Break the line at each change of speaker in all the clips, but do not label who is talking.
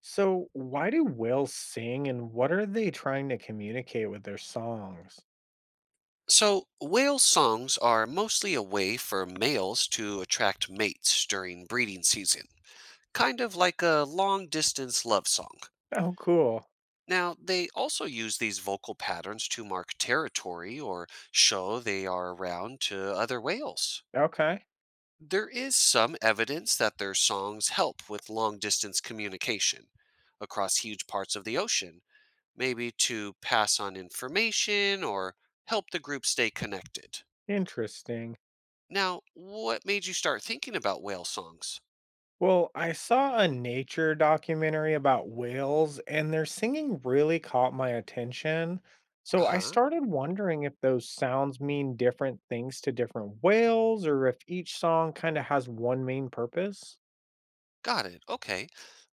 So, why do whales sing and what are they trying to communicate with their songs?
So, whale songs are mostly a way for males to attract mates during breeding season, kind of like a long distance love song.
Oh, cool.
Now, they also use these vocal patterns to mark territory or show they are around to other whales.
Okay.
There is some evidence that their songs help with long distance communication across huge parts of the ocean, maybe to pass on information or help the group stay connected.
Interesting.
Now, what made you start thinking about whale songs?
Well, I saw a nature documentary about whales and their singing really caught my attention.
Uh
So, I
huh.
started wondering if those sounds mean different things to different whales or if each song kind of has one main purpose.
Got it. Okay.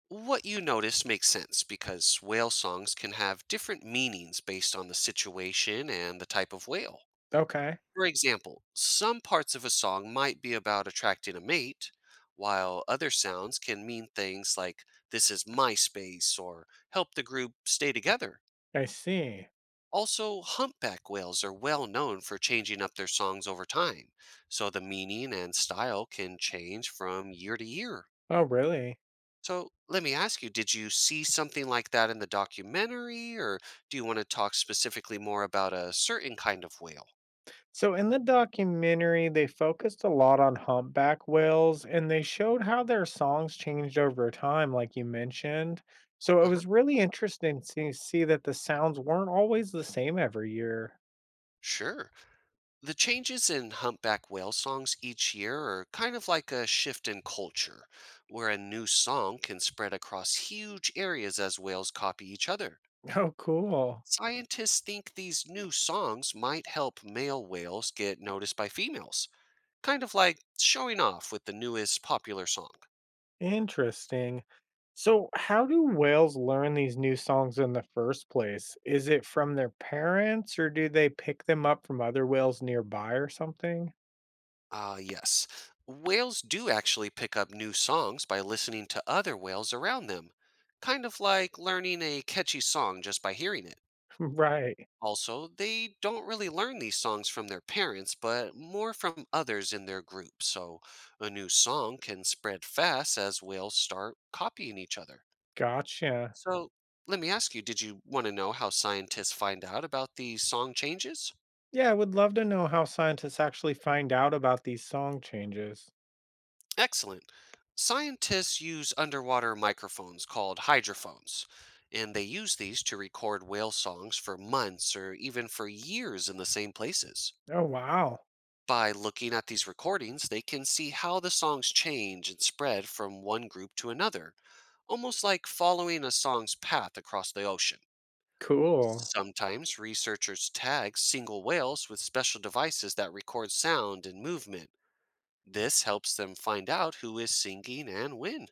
What you noticed makes sense because whale songs can have different meanings based on the situation and the type of whale.
Okay.
For example, some parts of a song might be about attracting a mate, while other sounds can mean things like, this is my space, or help the group stay together.
I see.
Also, humpback whales are well known for changing up their songs over time, so the meaning and style can change from year to year.
Oh, really?
So, let me ask you, did you see something like that in the documentary, or do you want to talk specifically more about a certain kind of whale?
So in the documentary, they focused a lot on humpback whales and they showed how their songs changed over time, like you mentioned. So it
Uh huh.
was really interesting to see that the sounds weren't always the same every year.
Sure. The changes in humpback whale songs each year are kind of like a shift in culture, where a new song can spread across huge areas as whales copy each other.
Oh, cool.
Scientists think these new songs might help male whales get noticed by females, kind of like showing off with the newest popular song.
Interesting. So, how do whales learn these new songs in the first place? Is it from their parents or do they pick them up from other whales nearby or something?
Ah, yes. Whales do actually pick up new songs by listening to other whales around them, kind of like learning a catchy song just by hearing it.
Right.
Also, they don't really learn these songs from their parents, but more from others in their group, so a new song can spread fast as whales start copying each other.
Gotcha.
So, let me ask you, did you want to know how scientists find out about these song changes?
Yeah, I would love to know how scientists actually find out about these song changes.
Excellent. Scientists use underwater microphones called hydrophones, and they use these to record whale songs for months or even for years in the same places.
Oh, wow.
By looking at these recordings, they can see how the songs change and spread from one group to another, almost like following a song's path across the ocean.
Cool.
Sometimes researchers tag single whales with special devices that record sound and movement. This helps them find out who is singing and when.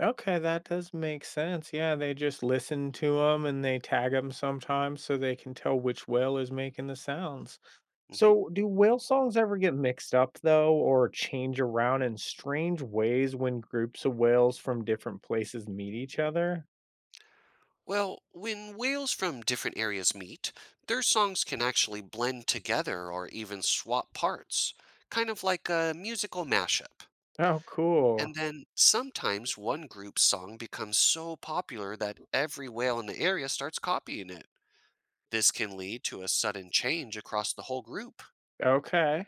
Okay, that does make sense. Yeah, they just listen to them and they tag them sometimes so they can tell which whale is making the sounds.
Hmm.
So, do whale songs ever get mixed up, though, or change around in strange ways when groups of whales from different places meet each other?
Well, when whales from different areas meet, their songs can actually blend together or even swap parts, kind of like a musical mashup.
Oh, cool.
And then sometimes one group's song becomes so popular that every whale in the area starts copying it. This can lead to a sudden change across the whole group.
Okay,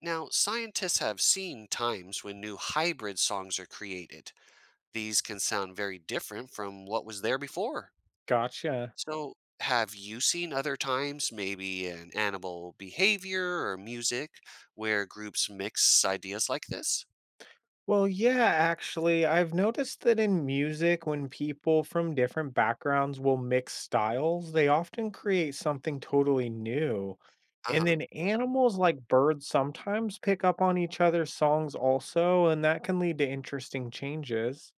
Now, scientists have seen times when new hybrid songs are created. These can sound very different from what was there before.
gotcha.
So, have you seen other times, maybe in animal behavior or music, where groups mix ideas like this?
Well, yeah, actually, I've noticed that in music, when people from different backgrounds will mix styles, they often create something totally new.
Uh
And
huh.
then animals like birds sometimes pick up on each other's songs also, and that can lead to interesting changes.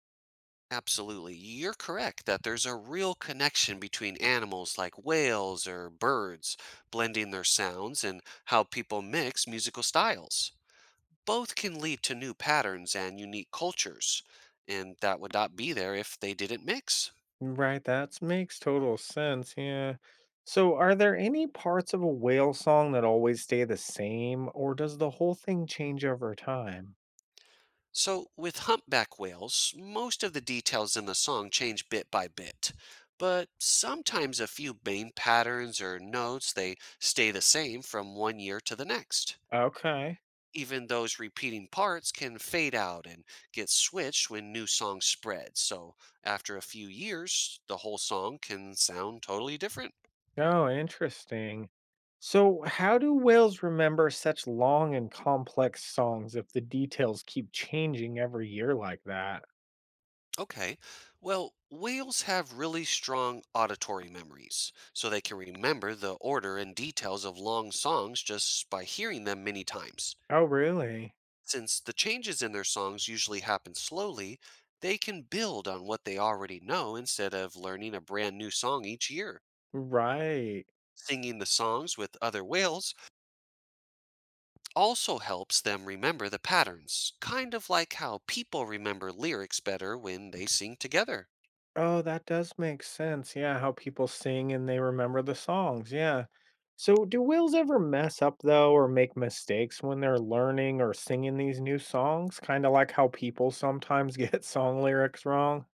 Absolutely. You're correct that there's a real connection between animals like whales or birds, blending their sounds and how people mix musical styles. Both can lead to new patterns and unique cultures, and that would not be there if they didn't mix.
Right, that makes total sense. Yeah. So, are there any parts of a whale song that always stay the same, or does the whole thing change over time?
So, with humpback whales, most of the details in the song change bit by bit, but sometimes a few main patterns or notes they stay the same from one year to the next.
Okay.
Even those repeating parts can fade out and get switched when new songs spread. So after a few years, the whole song can sound totally different.
Oh, interesting. So, how do whales remember such long and complex songs if the details keep changing every year like that?
Okay, well, whales have really strong auditory memories, so they can remember the order and details of long songs just by hearing them many times.
Oh, really?
Since the changes in their songs usually happen slowly, they can build on what they already know instead of learning a brand new song each year.
Right.
Singing the songs with other whales also helps them remember the patterns, kind of like how people remember lyrics better when they sing together.
Oh, that does make sense. Yeah, how people sing and they remember the songs. Yeah. So, do whales ever mess up, though, or make mistakes when they're learning or singing these new songs? Kind of like how people sometimes get song lyrics wrong.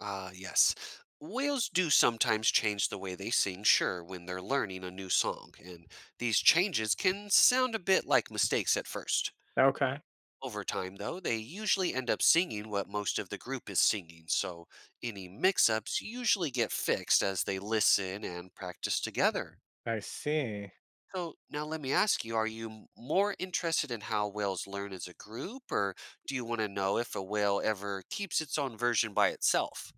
Ah, yes. Whales do sometimes change the way they sing, sure, when they're learning a new song, and these changes can sound a bit like mistakes at first.
Okay,
Over time, though, they usually end up singing what most of the group is singing, so any mix ups usually get fixed as they listen and practice together.
I see.
So now let me ask you, are you more interested in how whales learn as a group, or do you want to know if a whale ever keeps its own version by itself?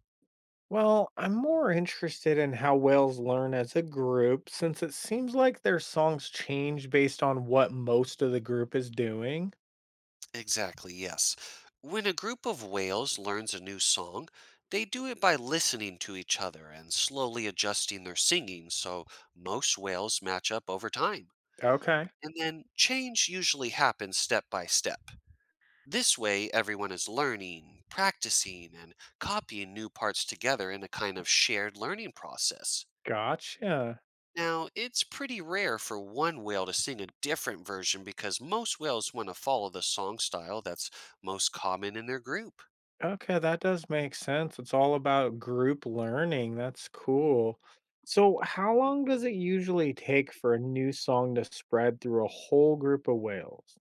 Well, I'm more interested in how whales learn as a group since it seems like their songs change based on what most of the group is doing.
Exactly, yes. When a group of whales learns a new song, they do it by listening to each other and slowly adjusting their singing, so most whales match up over time.
Okay,
And then change usually happens step by step. This way, everyone is learning, practicing, and copying new parts together in a kind of shared learning process.
gotcha.
Now, it's pretty rare for one whale to sing a different version because most whales want to follow the song style that's most common in their group.
Okay, that does make sense. It's all about group learning. That's cool. So, how long does it usually take for a new song to spread through a whole group of whales?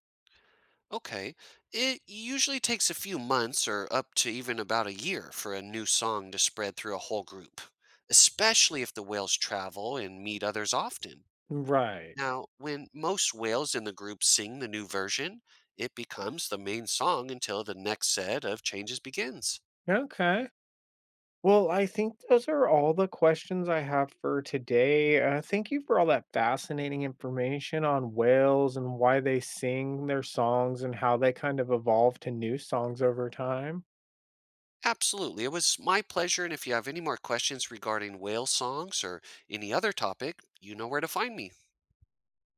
Okay, it usually takes a few months or up to even about a year for a new song to spread through a whole group, especially if the whales travel and meet others often.
Right.
Now, when most whales in the group sing the new version, it becomes the main song until the next set of changes begins.
Okay. Well, I think those are all the questions I have for today. Thank you for all that fascinating information on whales and why they sing their songs and how they kind of evolve to new songs over time.
Absolutely. It was my pleasure. And if you have any more questions regarding whale songs or any other topic, you know where to find me.